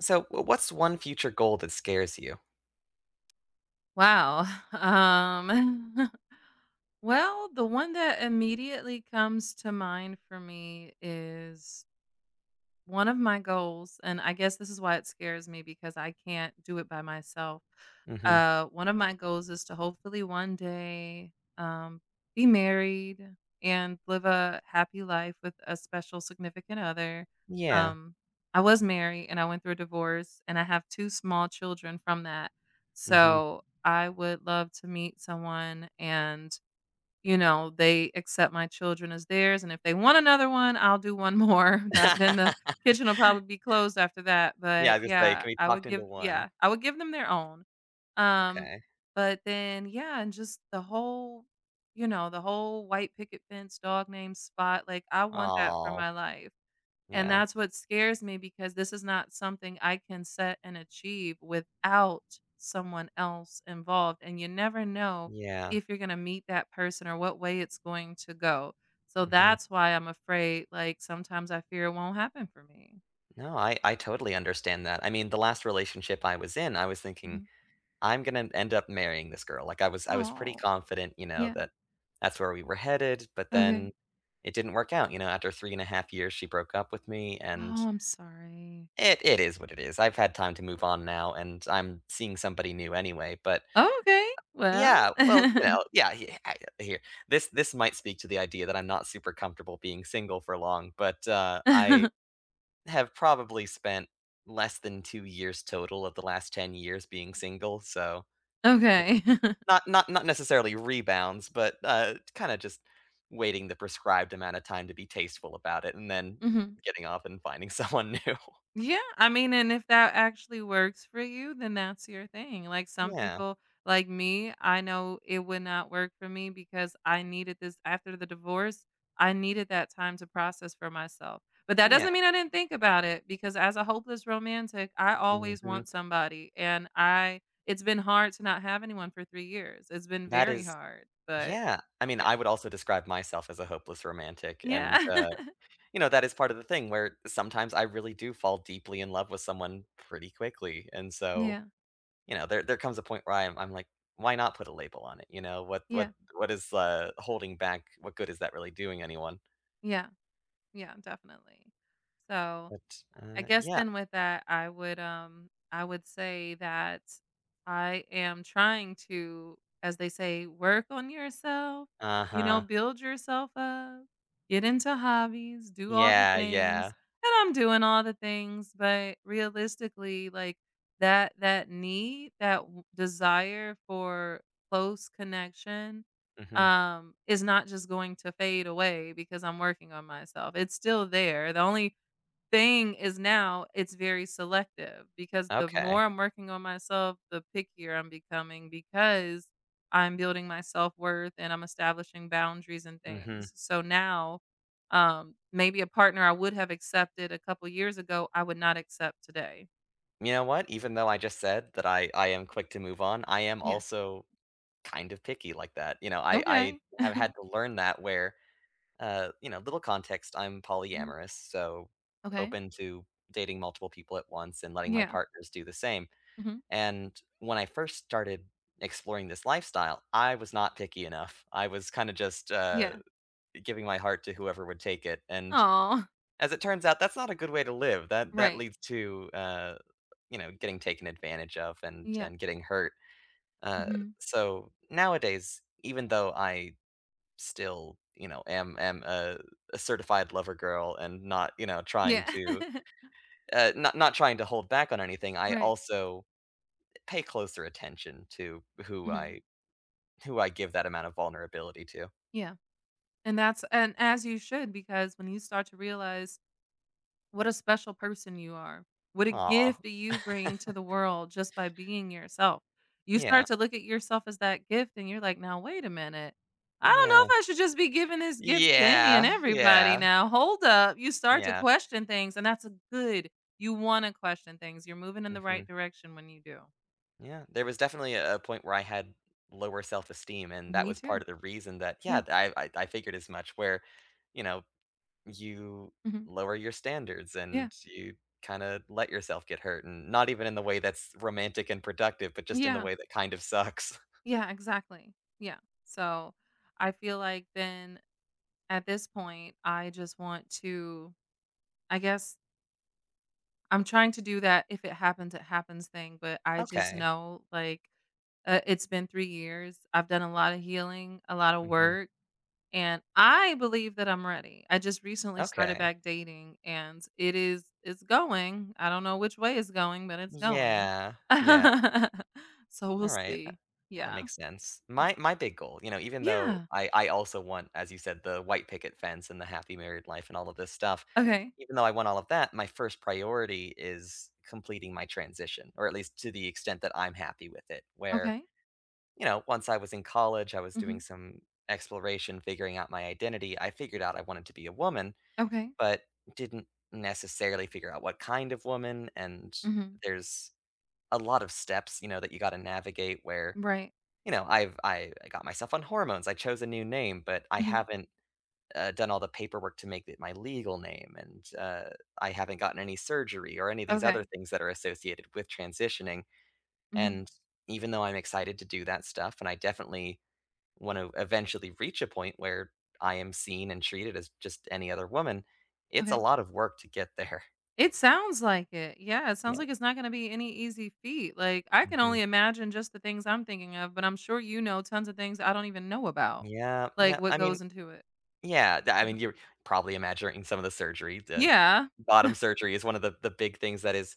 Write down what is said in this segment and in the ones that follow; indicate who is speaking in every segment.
Speaker 1: So, what's one future goal that scares you?
Speaker 2: Wow. Um, well, the one that immediately comes to mind for me is one of my goals, and I guess this is why it scares me because I can't do it by myself.
Speaker 1: Hmm.
Speaker 2: One of my goals is to hopefully one day be married and live a happy life with a special significant other.
Speaker 1: Yeah.
Speaker 2: Um, I was married and I went through a divorce, and I have two small children from that.
Speaker 1: hmm
Speaker 2: So I would love to meet someone and they accept my children as theirs, and if they want another one, I'll do one more, but then the kitchen will probably be closed after that, but
Speaker 1: yeah, just like
Speaker 2: yeah,
Speaker 1: can be
Speaker 2: I would
Speaker 1: talked
Speaker 2: give
Speaker 1: into one.
Speaker 2: yeah, I would give them their own. Um,
Speaker 1: Okay.
Speaker 2: but then, yeah, and just the whole the whole white picket fence, dog name spot, like, I want that for
Speaker 1: Oh,
Speaker 2: my life. And
Speaker 1: yeah,
Speaker 2: that's what scares me because this is not something I can set and achieve without someone else involved. And you never know
Speaker 1: yeah.
Speaker 2: if you're going to meet that person or what way it's going to go. So
Speaker 1: Hmm.
Speaker 2: that's why I'm afraid. Like sometimes I fear it won't happen for me.
Speaker 1: No, I totally understand that. I mean, the last relationship I was in, I was thinking,
Speaker 2: Mhm.
Speaker 1: "I'm gonna end up marrying this girl." Like, I was pretty
Speaker 2: Oh,
Speaker 1: confident, you know,
Speaker 2: yeah.
Speaker 1: that that's where we were headed, but
Speaker 2: Okay.
Speaker 1: then it didn't work out, you know, after 3 and a half years, she broke up with me, and
Speaker 2: Oh, I'm sorry.
Speaker 1: it is what it is. I've had time to move on now, and I'm seeing somebody new anyway, but
Speaker 2: Oh, okay. Well,
Speaker 1: yeah, well, you know, yeah, this might speak to the idea that I'm not super comfortable being single for long, but, I have probably spent less than 2 years total of the last 10 years being single, so, you know,
Speaker 2: okay.
Speaker 1: not necessarily rebounds, but, kinda just waiting the prescribed amount of time to be tasteful about it and then
Speaker 2: Mhm.
Speaker 1: getting off and finding someone new.
Speaker 2: Yeah, I mean, and if that actually works for you, then that's your thing. Like some
Speaker 1: Yeah,
Speaker 2: people, like me, I know it would not work for me because I needed this after the divorce. I needed that time to process for myself. But that doesn't
Speaker 1: yeah.
Speaker 2: mean I didn't think about it because as a hopeless romantic, I always
Speaker 1: Mhm.
Speaker 2: want somebody and I it's been hard to not have anyone for 3 years. It's been
Speaker 1: That
Speaker 2: very
Speaker 1: is
Speaker 2: hard, but
Speaker 1: yeah, I mean,
Speaker 2: yeah.
Speaker 1: I would also describe myself as a hopeless romantic,
Speaker 2: Yeah.
Speaker 1: and, you know, that is part of the thing where sometimes I really do fall deeply in love with someone pretty quickly, and so
Speaker 2: yeah.
Speaker 1: you know, there comes a point where I'm like, "Why not put a label on it?" You know, what what
Speaker 2: Yeah.
Speaker 1: what is, holding back what good is that really doing anyone?
Speaker 2: Yeah. Yeah, definitely. So
Speaker 1: But,
Speaker 2: I guess
Speaker 1: yeah.
Speaker 2: then with that, I would say that I am trying to, as they say, work on yourself, you know,
Speaker 1: Uh-huh.
Speaker 2: build yourself up, get into hobbies, do all the
Speaker 1: Yeah,
Speaker 2: things.
Speaker 1: yeah.
Speaker 2: And I'm doing all the things, but realistically, like that need, that desire for close connection
Speaker 1: Mhm.
Speaker 2: is not just going to fade away because I'm working on myself. It's still there. The only thing is now it's very selective because the more
Speaker 1: Okay.
Speaker 2: I'm working on myself, the pickier I'm becoming because I'm building my self-worth and I'm establishing boundaries and
Speaker 1: Mhm.
Speaker 2: things. So now, maybe a partner I would have accepted a couple years ago, I would not accept today.
Speaker 1: You know what? Even though I just said that I am quick to move on, I am
Speaker 2: Yeah.
Speaker 1: also kind of picky like that. You know, I
Speaker 2: Okay.
Speaker 1: I have had to learn that where, you know, little context, I'm
Speaker 2: Mhm.
Speaker 1: polyamorous, so
Speaker 2: Okay.
Speaker 1: open to dating multiple people at once and letting my
Speaker 2: Yeah.
Speaker 1: partners do the same.
Speaker 2: Hmm.
Speaker 1: And when I first started exploring this lifestyle, I was not picky enough. I was kind of just
Speaker 2: Yeah.
Speaker 1: giving my heart to whoever would take it. And
Speaker 2: Oh,
Speaker 1: as it turns out, that's not a good way to live. That
Speaker 2: right.
Speaker 1: leads to you know getting taken advantage of and
Speaker 2: Yeah.
Speaker 1: and getting hurt. Uh,
Speaker 2: Hmm.
Speaker 1: so nowadays, even though I still you know am a certified lover girl and not you know trying
Speaker 2: Yeah.
Speaker 1: to not trying to hold back on anything, I
Speaker 2: right.
Speaker 1: also pay closer attention to
Speaker 2: Hmm.
Speaker 1: who I give that amount of vulnerability to.
Speaker 2: Yeah. And that's, and as you should, because when you start to realize what a special person you are. What a
Speaker 1: Aw,
Speaker 2: gift do you bring to the world just by being yourself. You
Speaker 1: yeah,
Speaker 2: start to look at yourself as that gift and you're like, "Now wait a minute. I don't
Speaker 1: yeah.
Speaker 2: know if I should just be giving this gift to any and
Speaker 1: Yeah,
Speaker 2: everybody
Speaker 1: yeah,
Speaker 2: now. Hold up." You start to
Speaker 1: yeah,
Speaker 2: question things and that's a good. You wanna question things. You're moving in the
Speaker 1: mhm,
Speaker 2: right direction when you do.
Speaker 1: yeah. There was definitely a point where I had lower self-esteem, and that
Speaker 2: Me
Speaker 1: was
Speaker 2: too.
Speaker 1: part of the reason that
Speaker 2: Yeah.
Speaker 1: yeah, I figured as much where, you know, you
Speaker 2: Mhm.
Speaker 1: lower your standards
Speaker 2: Yeah.
Speaker 1: and you kinda let yourself get hurt, and not even in the way that's romantic and productive, but just in the
Speaker 2: Yeah.
Speaker 1: way that kind of sucks.
Speaker 2: Yeah, exactly. Yeah. So, I feel like then at this point, I just want to, I guess I'm trying to do that if it happens, it happens thing, but I just
Speaker 1: Okay.
Speaker 2: know, like, it's been 3 years. I've done a lot of healing, a lot of
Speaker 1: Mhm.
Speaker 2: work, and I believe that I'm ready. I just recently started
Speaker 1: Okay.
Speaker 2: back dating, and it's going. I don't know which way it's going, but it's going.
Speaker 1: Yeah, yeah,
Speaker 2: So we'll
Speaker 1: alright.
Speaker 2: see.
Speaker 1: That
Speaker 2: Yeah.
Speaker 1: makes sense. My big goal, you know, even though
Speaker 2: Yeah.
Speaker 1: I also want, as you said, the white picket fence and the happy married life and all of this stuff,
Speaker 2: Okay.
Speaker 1: even though I want all of that, my first priority is completing my transition, or at least to the extent that I'm happy with it. Where,
Speaker 2: Okay.
Speaker 1: you know, once I was in college, I was
Speaker 2: Mhm.
Speaker 1: doing some exploration, figuring out my identity. I figured out I wanted to be a woman,
Speaker 2: Okay.
Speaker 1: but didn't necessarily figure out what kind of woman. And
Speaker 2: Mhm.
Speaker 1: there's a lot of steps, you know, that you got to navigate where
Speaker 2: Right.
Speaker 1: you know, I got myself on hormones, I chose a new name, but I
Speaker 2: Mhm.
Speaker 1: haven't, done all the paperwork to make it my legal name, and, I haven't gotten any surgery or any of these other
Speaker 2: Okay.
Speaker 1: things that are associated with transitioning,
Speaker 2: Mhm.
Speaker 1: and even though I'm excited to do that stuff, and I definitely wanna eventually reach a point where I am seen and treated as just any other woman, it's a
Speaker 2: Okay.
Speaker 1: lot of work to get there.
Speaker 2: It sounds like it. Yeah, it sounds
Speaker 1: Yeah,
Speaker 2: like it's not going to be any easy feat. Like, I can
Speaker 1: mhm.
Speaker 2: only imagine just the things I'm thinking of, but I'm sure you know tons of things I don't even know about,
Speaker 1: Yeah,
Speaker 2: like
Speaker 1: yeah,
Speaker 2: what
Speaker 1: I mean
Speaker 2: goes into it.
Speaker 1: yeah, th I mean, you're probably imagining some of the surgery. The
Speaker 2: Yeah.
Speaker 1: bottom surgery is one of the big things that is,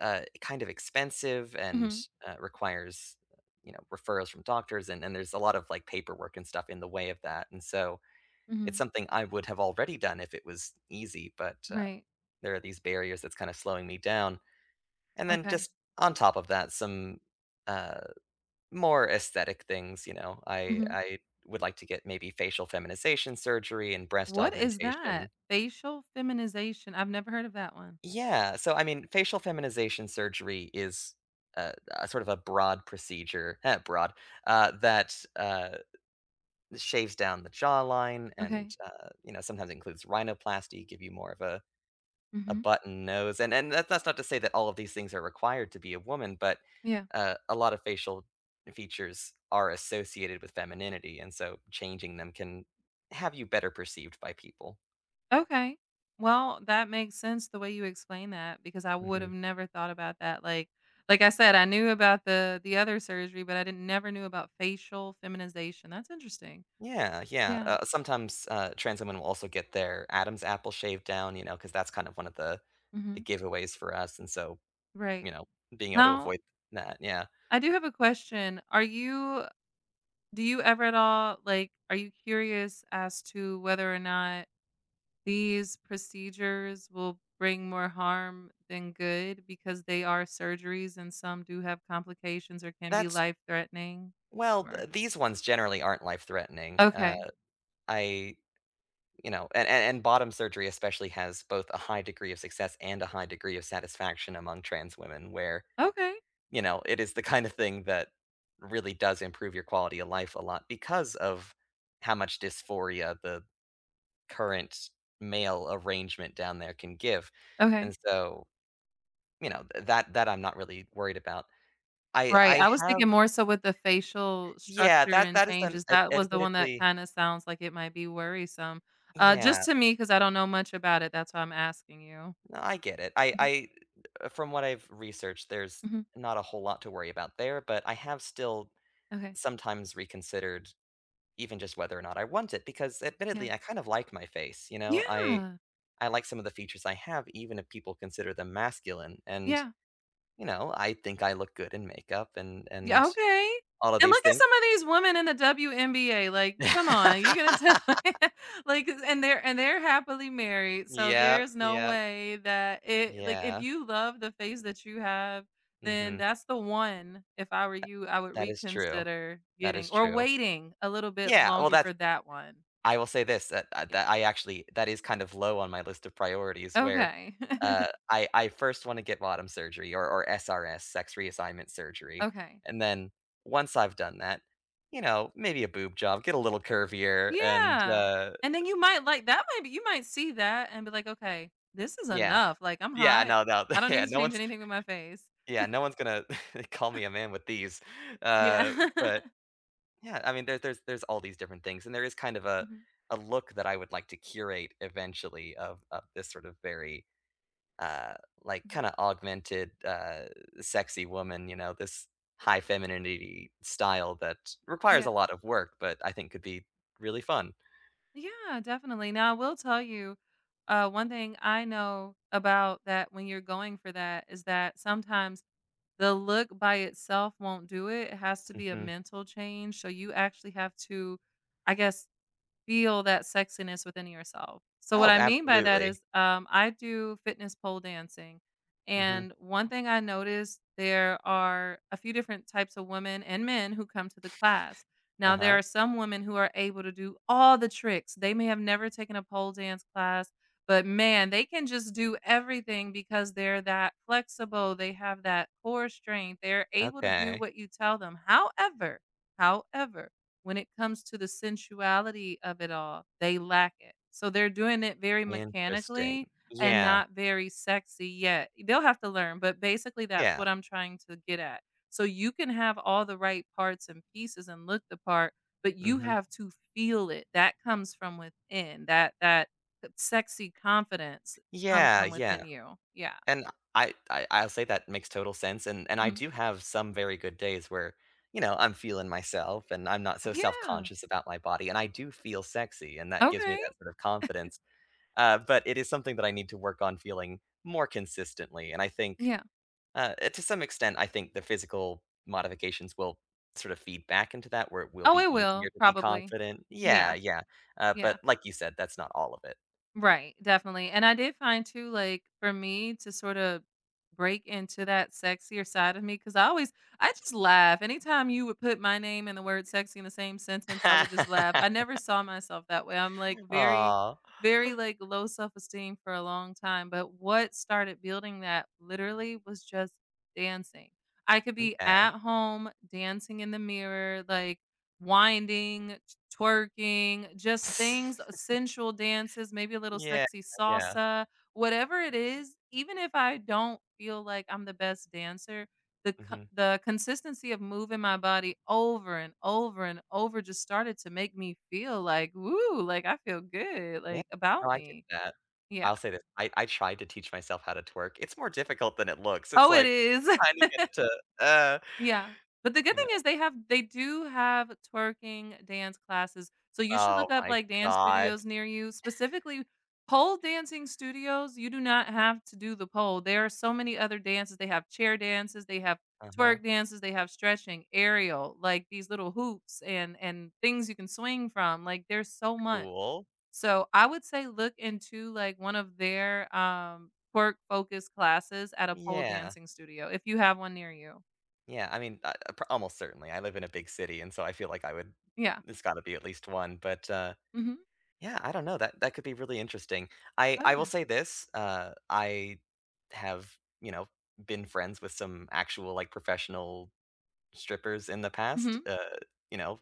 Speaker 1: kind of expensive and,
Speaker 2: Hmm.
Speaker 1: requires, you know, referrals from doctors, and there's a lot of, like, paperwork and stuff in the way of that, and so
Speaker 2: Hmm.
Speaker 1: it's something I would have already done if it was easy, but,
Speaker 2: Right.
Speaker 1: there are these barriers that's kinda slowing me down, and then
Speaker 2: Okay.
Speaker 1: just on top of that, some, uh, more aesthetic things, you know? I
Speaker 2: Hmm.
Speaker 1: I would like to get maybe facial feminization surgery and breast
Speaker 2: What is that?
Speaker 1: augmentation.
Speaker 2: Facial feminization. I've never heard of that one.
Speaker 1: Yeah, so, I mean, facial feminization surgery is a sort of a broad procedure that, shaves down the jawline
Speaker 2: Okay.
Speaker 1: and, you know, sometimes includes rhinoplasty, give you more of a
Speaker 2: Hmm.
Speaker 1: button nose, and that's not to say that all of these things are required to be a woman, but,
Speaker 2: Yeah.
Speaker 1: a lot of facial features are associated with femininity, and so changing them can have you better perceived by people.
Speaker 2: Okay. Well, that makes sense the way you explain that because I would have
Speaker 1: Mhm.
Speaker 2: never thought about that. Like I said, I knew about the other surgery, but I didn't never knew about facial feminization. That's interesting.
Speaker 1: Yeah, yeah,
Speaker 2: Yeah.
Speaker 1: sometimes, trans women will also get their Adam's apple shaved down, you know, because that's kind of one of the
Speaker 2: Mhm.
Speaker 1: giveaways for us, and so,
Speaker 2: Right.
Speaker 1: you know, being able to
Speaker 2: Now,
Speaker 1: avoid that, yeah.
Speaker 2: I do have a question. Are you do you ever at all like are you curious as to whether or not these procedures will bring more harm than good because they are surgeries and some do have complications or can be
Speaker 1: That's
Speaker 2: life-threatening
Speaker 1: well,
Speaker 2: or
Speaker 1: th these ones generally aren't life-threatening,
Speaker 2: Okay.
Speaker 1: I you know, and bottom surgery especially has both a high degree of success and a high degree of satisfaction among trans women where,
Speaker 2: Okay.
Speaker 1: you know, it is the kind of thing that really does improve your quality of life a lot because of how much dysphoria the current male arrangement down there can give.
Speaker 2: Okay.
Speaker 1: And so, you know, th that that I'm not really worried about. I
Speaker 2: Right,
Speaker 1: I
Speaker 2: I was
Speaker 1: have
Speaker 2: thinking more so with the facial
Speaker 1: yeah,
Speaker 2: structure
Speaker 1: that
Speaker 2: and
Speaker 1: that is an
Speaker 2: changes,
Speaker 1: ad
Speaker 2: that was the one that
Speaker 1: admittedly
Speaker 2: kinda sounds like it might be worrisome, just
Speaker 1: yeah,
Speaker 2: to me because I don't know much about it, that's why I'm asking you.
Speaker 1: no, I get it. I
Speaker 2: Mhm,
Speaker 1: I from what I've researched, there's
Speaker 2: mhm,
Speaker 1: not a whole lot to worry about there, but I have still
Speaker 2: okay,
Speaker 1: sometimes reconsidered even just whether or not I want it because
Speaker 2: yeah.
Speaker 1: admittedly, I kind of like my face, you know? I
Speaker 2: Yeah,
Speaker 1: I like some of the features I have even if people consider them masculine, and
Speaker 2: yeah.
Speaker 1: you know, I think I look good in makeup
Speaker 2: Yeah,
Speaker 1: and
Speaker 2: okay.
Speaker 1: all of
Speaker 2: And
Speaker 1: these
Speaker 2: look at
Speaker 1: things.
Speaker 2: some of these women in the WNBA, like, come on, you're gonna tell me like, and they're happily married, so
Speaker 1: Yeah,
Speaker 2: there's no
Speaker 1: yeah,
Speaker 2: way that it like, if
Speaker 1: yeah,
Speaker 2: you love the face that you have, then
Speaker 1: mhm,
Speaker 2: that's the one, if I were you, I would
Speaker 1: that is true,
Speaker 2: reconsider
Speaker 1: that
Speaker 2: getting
Speaker 1: is
Speaker 2: or
Speaker 1: true.
Speaker 2: waiting a little bit
Speaker 1: Yeah, well,
Speaker 2: longer
Speaker 1: that's
Speaker 2: for that one.
Speaker 1: I will say this,
Speaker 2: Yeah.
Speaker 1: that I actually that is kind of low on my list of priorities where,
Speaker 2: Okay.
Speaker 1: I first wanna get bottom surgery or SRS, sex reassignment surgery,
Speaker 2: Okay.
Speaker 1: and then once I've done that, you know, maybe a boob job, get a little curvier and,
Speaker 2: Yeah, and then you might like that might be you might see that and be like, "Okay, this is
Speaker 1: yeah.
Speaker 2: enough, like, I'm
Speaker 1: Yeah,
Speaker 2: hot.
Speaker 1: no, no,
Speaker 2: I don't
Speaker 1: yeah,
Speaker 2: need to
Speaker 1: no
Speaker 2: change
Speaker 1: one's
Speaker 2: anything with my face."
Speaker 1: yeah, no one's gonna call me a man with these.
Speaker 2: Yeah.
Speaker 1: But yeah, I mean, there's all these different things, and there is kind of
Speaker 2: Mhm,
Speaker 1: a look that I would like to curate eventually of this sort of very uh like
Speaker 2: mhm.
Speaker 1: kind of augmented sexy woman, you know, this high femininity style that requires
Speaker 2: Yeah.
Speaker 1: a lot of work, but I think could be really fun.
Speaker 2: Yeah, definitely. Now I will tell you, one thing I know about that when you're going for that is that sometimes the look by itself won't do it. It has to be a
Speaker 1: Hmm.
Speaker 2: mental change, so you actually have to, I guess, feel that sexiness within yourself. So what
Speaker 1: Oh,
Speaker 2: I mean by that
Speaker 1: absolutely.
Speaker 2: is, I do fitness pole dancing,
Speaker 1: Hmm.
Speaker 2: and one thing I noticed, there are a few different types of women and men who come to the class. Now there
Speaker 1: Uh-huh.
Speaker 2: are some women who are able to do all the tricks. They may have never taken a pole dance class, but man, they can just do everything because they're that flexible. They have that core strength. They're able to do
Speaker 1: Okay.
Speaker 2: what you tell them. However when it comes to the sensuality of it all, they lack it. So they're doing it very mechanically
Speaker 1: Interesting.
Speaker 2: and
Speaker 1: Yeah.
Speaker 2: not very sexy yet. They'll have to learn, but basically that's
Speaker 1: Yeah.
Speaker 2: what I'm trying to get at. So you can have all the right parts and pieces and look the part, but you
Speaker 1: Hmm.
Speaker 2: have to feel it. That comes from within. That sexy confidence comes
Speaker 1: Yeah.
Speaker 2: from
Speaker 1: Yeah.
Speaker 2: within you. Yeah.
Speaker 1: And I'll say that makes total sense, and I
Speaker 2: Mhm.
Speaker 1: do have some very good days where, you know, I'm feeling myself and I'm not so
Speaker 2: Yeah.
Speaker 1: self-conscious about my body, and I do feel sexy, and that gives me
Speaker 2: Okay.
Speaker 1: that sort of confidence. But it is something that I need to work on feeling more consistently, and I think,
Speaker 2: Yeah.
Speaker 1: to some extent, I think the physical modifications will sort of feed back into that, where it will
Speaker 2: Oh,
Speaker 1: be
Speaker 2: it
Speaker 1: easier
Speaker 2: will
Speaker 1: to be
Speaker 2: probably.
Speaker 1: confident. Yeah,
Speaker 2: Yeah.
Speaker 1: yeah.
Speaker 2: Yeah.
Speaker 1: But like you said, that's not all of it.
Speaker 2: Right, definitely. And I did find too, like for me to sort of break into that sexier side of me, because I always, I just laugh. Anytime you would put my name and the word sexy in the same sentence, I would just laugh. I never saw myself that way.
Speaker 1: Aw.
Speaker 2: Very like low self esteem for a long time. But what started building that literally was just dancing. I could be
Speaker 1: Okay.
Speaker 2: at home dancing in the mirror, like winding, twerking, just things, sensual dances, maybe a little
Speaker 1: Yeah,
Speaker 2: sexy
Speaker 1: yeah,
Speaker 2: salsa, whatever it is, even if I don't feel like I'm the best dancer,
Speaker 1: mhm.
Speaker 2: the consistency of moving my body over and over and over just started to make me feel like, woo, like I feel good,
Speaker 1: Yeah,
Speaker 2: like
Speaker 1: no,
Speaker 2: about
Speaker 1: I get
Speaker 2: me.
Speaker 1: that.
Speaker 2: Yeah.
Speaker 1: I'll say this, I tried to teach myself how to twerk, it's more difficult than it looks, it's
Speaker 2: Oh, it
Speaker 1: like
Speaker 2: is.
Speaker 1: trying to get it to,
Speaker 2: Yeah, but the good
Speaker 1: you
Speaker 2: thing
Speaker 1: know
Speaker 2: is they do have twerking dance classes, so you should
Speaker 1: oh
Speaker 2: look up,
Speaker 1: my
Speaker 2: like, dance
Speaker 1: god.
Speaker 2: studios near you, specifically pole dancing studios, you do not have to do the pole, there are so many other dances, they have chair dances, they have
Speaker 1: Uh-huh,
Speaker 2: twerk dances, they have stretching, aerial, like, these little hoops and things you can swing from, like, there's so much.
Speaker 1: cool.
Speaker 2: So, I would say look into, like, one of their, twerk-focused classes at a pole
Speaker 1: Yeah,
Speaker 2: dancing studio if you have one near you.
Speaker 1: yeah, I mean, pr almost certainly, I live in a big city, and so I feel like I would
Speaker 2: Yeah.
Speaker 1: there's gotta be at least one, but,
Speaker 2: Mhm.
Speaker 1: yeah, I don't know, that could be really interesting. I
Speaker 2: Oh,
Speaker 1: I
Speaker 2: yeah.
Speaker 1: will say this, I have, you know, been friends with some actual, like, professional strippers in the past,
Speaker 2: Mhm.
Speaker 1: you know,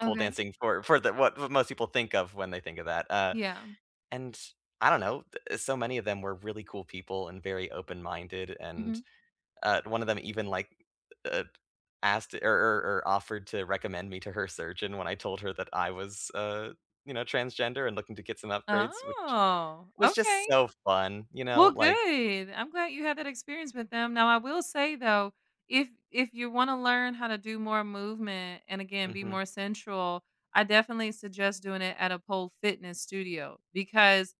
Speaker 1: pole
Speaker 2: Okay.
Speaker 1: dancing for the what most people think of when they think of that,
Speaker 2: Yeah.
Speaker 1: and I don't know, th so many of them were really cool people and very open-minded,
Speaker 2: Mhm.
Speaker 1: and, one of them even, like, uh, asked or or offered to recommend me to her surgeon when I told her that I was, you know, transgender and looking to get some upgrades, which
Speaker 2: Oh,
Speaker 1: was just
Speaker 2: okay.
Speaker 1: so fun, you
Speaker 2: Well,
Speaker 1: know, like
Speaker 2: good. I'm glad you had that experience with them. Now, I will say though, if you wanna learn how to do more movement and again, be
Speaker 1: mhm.
Speaker 2: more central, I definitely suggest doing it at a pole fitness studio because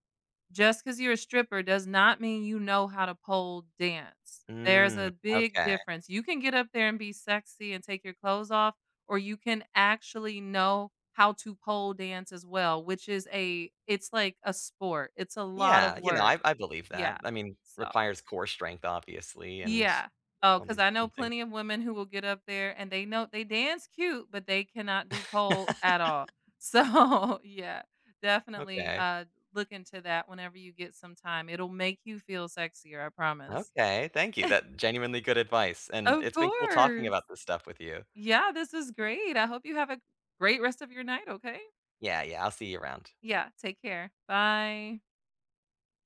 Speaker 2: just because 'cause you're a stripper does not mean you know how to pole dance. There's
Speaker 1: Mm,
Speaker 2: a big
Speaker 1: okay.
Speaker 2: difference. You can get up there and be sexy and take your clothes off, or you can actually know how to pole dance as well, which is a it's like a sport. It's a lot of
Speaker 1: Yeah, you know,
Speaker 2: work.
Speaker 1: I believe that.
Speaker 2: Yeah.
Speaker 1: I mean,
Speaker 2: So
Speaker 1: requires core strength, obviously, and
Speaker 2: yeah. Oh,
Speaker 1: all
Speaker 2: because
Speaker 1: these
Speaker 2: I know
Speaker 1: different things.
Speaker 2: plenty of women who will get up there and they know they dance cute, but they cannot do pole at all. So, yeah, definitely,
Speaker 1: Okay.
Speaker 2: look into that whenever you get some time. It'll make you feel sexier, I promise.
Speaker 1: Okay, thank you. That genuinely good advice, and
Speaker 2: Of
Speaker 1: it's been cool talking
Speaker 2: course.
Speaker 1: about this stuff with you.
Speaker 2: Yeah, this was great. I hope you have a great rest of your night, okay?
Speaker 1: Yeah, yeah, I'll see you around.
Speaker 2: Yeah, take care. Bye.